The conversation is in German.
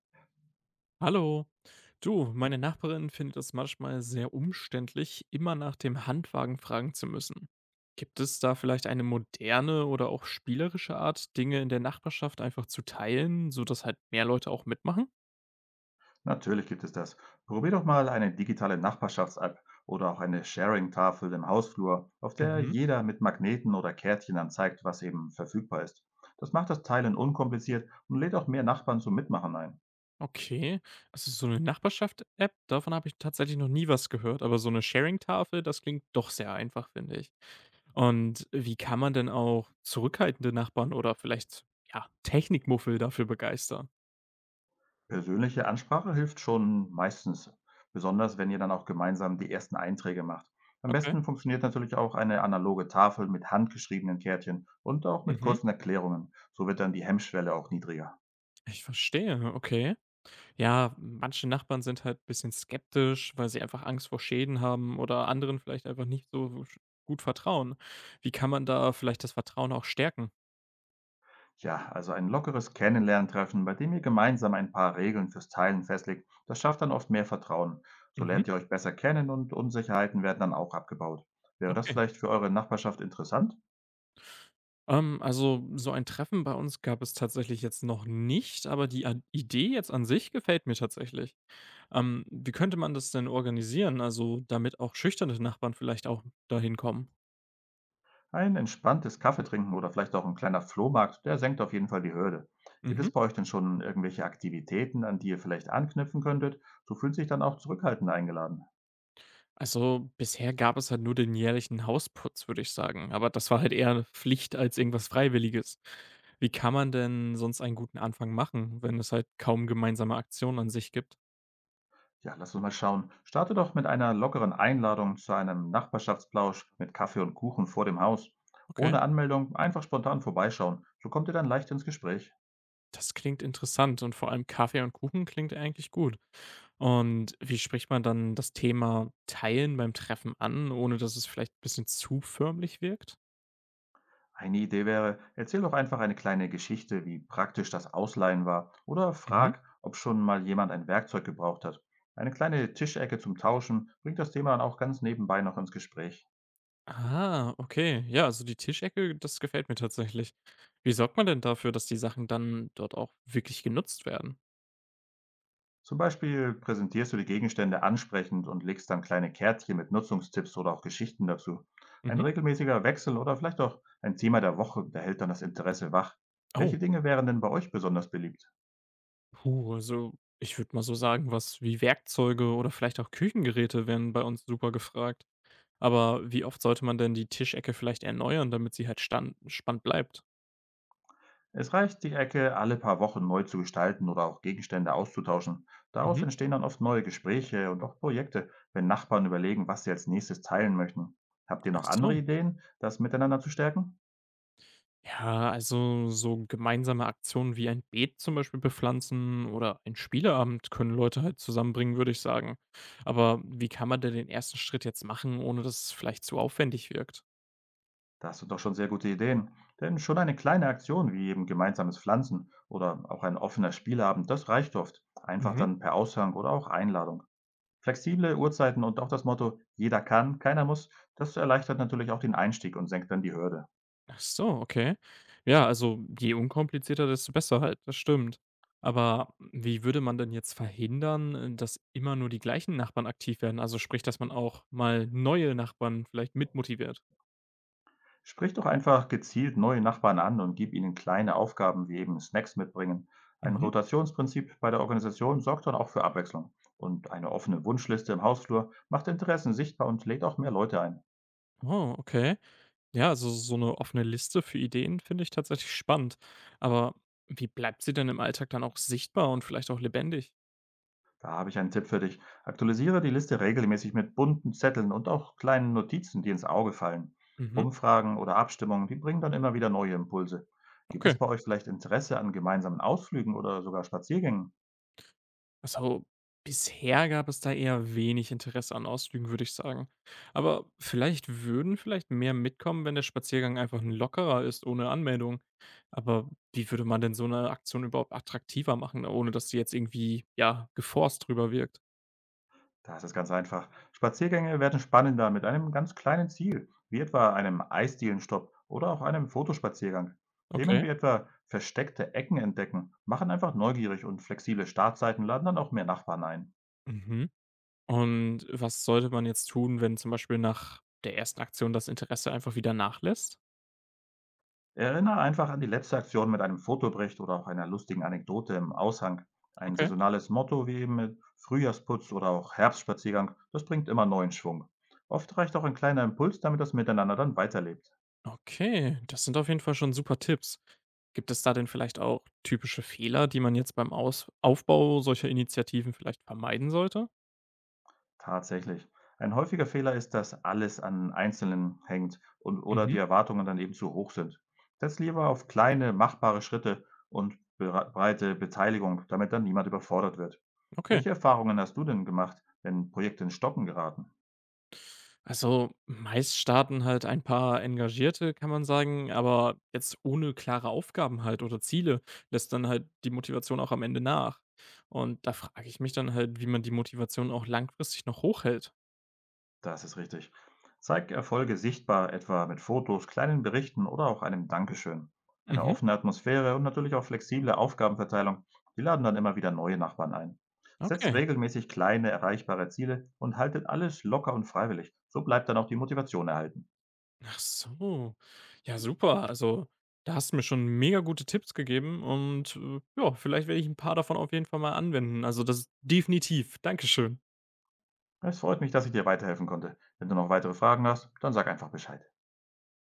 Hallo. Du, meine Nachbarin findet es manchmal sehr umständlich, immer nach dem Handwagen fragen zu müssen. Gibt es da vielleicht eine moderne oder auch spielerische Art, Dinge in der Nachbarschaft einfach zu teilen, sodass halt mehr Leute auch mitmachen? Natürlich gibt es das. Probier doch mal eine digitale Nachbarschafts-App oder auch eine Sharing-Tafel im Hausflur, auf der Mhm. jeder mit Magneten oder Kärtchen anzeigt, was eben verfügbar ist. Das macht das Teilen unkompliziert und lädt auch mehr Nachbarn zum Mitmachen ein. Okay, also so eine Nachbarschaft-App, davon habe ich tatsächlich noch nie was gehört, aber so eine Sharing-Tafel, das klingt doch sehr einfach, finde ich. Und wie kann man denn auch zurückhaltende Nachbarn oder vielleicht, ja, Technikmuffel dafür begeistern? Persönliche Ansprache hilft schon meistens, besonders wenn ihr dann auch gemeinsam die ersten Einträge macht. Am Okay. besten funktioniert natürlich auch eine analoge Tafel mit handgeschriebenen Kärtchen und auch mit Mhm. kurzen Erklärungen. So wird dann die Hemmschwelle auch niedriger. Ich verstehe, okay. Ja, manche Nachbarn sind halt ein bisschen skeptisch, weil sie einfach Angst vor Schäden haben oder anderen vielleicht einfach nicht gut vertrauen. Wie kann man da vielleicht das Vertrauen auch stärken? Ja, also ein lockeres Kennenlerntreffen, bei dem ihr gemeinsam ein paar Regeln fürs Teilen festlegt, das schafft dann oft mehr Vertrauen. So Mhm, lernt ihr euch besser kennen und Unsicherheiten werden dann auch abgebaut. Wäre das okay. vielleicht für eure Nachbarschaft interessant? Also so ein Treffen bei uns gab es tatsächlich jetzt noch nicht, aber die Idee jetzt an sich gefällt mir tatsächlich. Wie könnte man das denn organisieren, also damit auch schüchterne Nachbarn vielleicht auch dahin kommen? Ein entspanntes Kaffeetrinken oder vielleicht auch ein kleiner Flohmarkt, der senkt auf jeden Fall die Hürde. Gibt Mhm. es bei euch denn schon irgendwelche Aktivitäten, an die ihr vielleicht anknüpfen könntet? So fühlt sich dann auch Zurückhaltende eingeladen. Also, bisher gab es halt nur den jährlichen Hausputz, würde ich sagen, aber das war halt eher Pflicht als irgendwas Freiwilliges. Wie kann man denn sonst einen guten Anfang machen, wenn es halt kaum gemeinsame Aktionen an sich gibt? Ja, lass uns mal schauen. Starte doch mit einer lockeren Einladung zu einem Nachbarschaftsplausch mit Kaffee und Kuchen vor dem Haus. Okay, Ohne Anmeldung einfach spontan vorbeischauen. So kommt ihr dann leicht ins Gespräch. das klingt interessant und vor allem Kaffee und Kuchen klingt eigentlich gut. Und wie spricht man dann das Thema Teilen beim Treffen an, ohne dass es vielleicht 'n bisschen zu förmlich wirkt? Eine Idee wäre, erzähl doch einfach eine kleine Geschichte, wie praktisch das Ausleihen war. Oder Mhm. frag, ob schon mal jemand ein Werkzeug gebraucht hat. Eine kleine Tischecke zum Tauschen bringt das Thema dann auch ganz nebenbei noch ins Gespräch. Ah, okay. Ja, also die Tischecke, das gefällt mir tatsächlich. Wie sorgt man denn dafür, dass die Sachen dann dort auch wirklich genutzt werden? Zum Beispiel präsentierst du die Gegenstände ansprechend und legst dann kleine Kärtchen mit Nutzungstipps oder auch Geschichten dazu. Ein Mhm. regelmäßiger Wechsel oder vielleicht auch ein Thema der Woche, der hält dann das Interesse wach. Oh, Welche Dinge wären denn bei euch besonders beliebt? puh, also ich würde mal so sagen, was wie Werkzeuge oder vielleicht auch Küchengeräte wären bei uns super gefragt. Aber wie oft sollte man denn die Tischecke vielleicht erneuern, damit sie halt stand, spannend bleibt? Es reicht, die Ecke alle paar Wochen neu zu gestalten oder auch Gegenstände auszutauschen. Daraus Mhm. entstehen dann oft neue Gespräche und auch Projekte, wenn Nachbarn überlegen, was sie als nächstes teilen möchten. Habt ihr Ach noch andere so. Ideen, das miteinander zu stärken? Ja, also so gemeinsame Aktionen wie ein Beet zum Beispiel bepflanzen oder ein Spieleabend können Leute halt zusammenbringen, würde ich sagen. Aber wie kann man denn den ersten Schritt jetzt machen, ohne dass es vielleicht zu aufwendig wirkt? Da hast du doch schon sehr gute Ideen. Denn schon eine kleine Aktion wie eben gemeinsames Pflanzen oder auch ein offener Spielabend, das reicht oft. Einfach Mhm. dann per Aushang oder auch Einladung. Flexible Uhrzeiten und auch das Motto, jeder kann, keiner muss, das erleichtert natürlich auch den Einstieg und senkt dann die Hürde. Ach so, okay. Ja, also je unkomplizierter, desto besser halt, das stimmt. Aber wie würde man denn jetzt verhindern, dass immer nur die gleichen Nachbarn aktiv werden? Also sprich, dass man auch mal neue Nachbarn vielleicht mitmotiviert. Sprich doch einfach gezielt neue Nachbarn an und gib ihnen kleine Aufgaben wie eben Snacks mitbringen. Ein Mhm. Rotationsprinzip bei der Organisation sorgt dann auch für Abwechslung. Und eine offene Wunschliste im Hausflur macht Interessen sichtbar und lädt auch mehr Leute ein. Oh, okay. Ja, also so eine offene Liste für Ideen finde ich tatsächlich spannend. Aber wie bleibt sie denn im Alltag dann auch sichtbar und vielleicht auch lebendig? Da habe ich einen Tipp für dich. Aktualisiere die Liste regelmäßig mit bunten Zetteln und auch kleinen Notizen, die ins Auge fallen. Mhm, Umfragen oder Abstimmungen, die bringen dann immer wieder neue Impulse. Gibt okay. es bei euch vielleicht Interesse an gemeinsamen Ausflügen oder sogar Spaziergängen? Also bisher gab es da eher wenig Interesse an Ausflügen, würde ich sagen. Aber vielleicht würden vielleicht mehr mitkommen, wenn der Spaziergang einfach ein lockerer ist, ohne Anmeldung. Aber wie würde man denn so eine Aktion überhaupt attraktiver machen, ohne dass sie jetzt irgendwie, ja, geforst drüber wirkt? Das ist ganz einfach. Spaziergänge werden spannender mit einem ganz kleinen Ziel, wie etwa einem Eisdielenstopp oder auch einem Fotospaziergang. Themen Okay. wie etwa versteckte Ecken entdecken machen einfach neugierig und flexible Startzeiten laden dann auch mehr Nachbarn ein. Mhm. Und was sollte man jetzt tun, wenn zum Beispiel nach der ersten Aktion das Interesse einfach wieder nachlässt? Erinnere einfach an die letzte Aktion mit einem Fotobericht oder auch einer lustigen Anekdote im Aushang. Ein Okay. saisonales Motto wie eben mit Frühjahrsputz oder auch Herbstspaziergang, das bringt immer neuen Schwung. Oft reicht auch ein kleiner Impuls, damit das Miteinander dann weiterlebt. Okay, das sind auf jeden Fall schon super Tipps. Gibt es da denn vielleicht auch typische Fehler, die man jetzt beim Aus Aufbau solcher Initiativen vielleicht vermeiden sollte? Tatsächlich. Ein häufiger Fehler ist, dass alles an Einzelnen hängt und oder Mhm. die Erwartungen dann eben zu hoch sind. Setz lieber auf kleine, machbare Schritte und breite Beteiligung, damit dann niemand überfordert wird. Okay. Welche Erfahrungen hast du denn gemacht, wenn Projekte in Stocken geraten? Also meist starten halt ein paar Engagierte, kann man sagen, aber jetzt ohne klare Aufgaben halt oder Ziele lässt dann halt die Motivation auch am Ende nach. Und da frage ich mich dann halt, wie man die Motivation auch langfristig noch hochhält. Das ist richtig. Zeig Erfolge sichtbar, etwa mit Fotos, kleinen Berichten oder auch einem Dankeschön. Eine Mhm. offene Atmosphäre und natürlich auch flexible Aufgabenverteilung, die laden dann immer wieder neue Nachbarn ein. Setzt Okay. regelmäßig kleine, erreichbare Ziele und haltet alles locker und freiwillig. So bleibt dann auch die Motivation erhalten. Ach so. Ja, super. Also, da hast du mir schon mega gute Tipps gegeben und ja, vielleicht werde ich ein paar davon auf jeden Fall mal anwenden. Also, das definitiv. Dankeschön. Es freut mich, dass ich dir weiterhelfen konnte. Wenn du noch weitere Fragen hast, dann sag einfach Bescheid.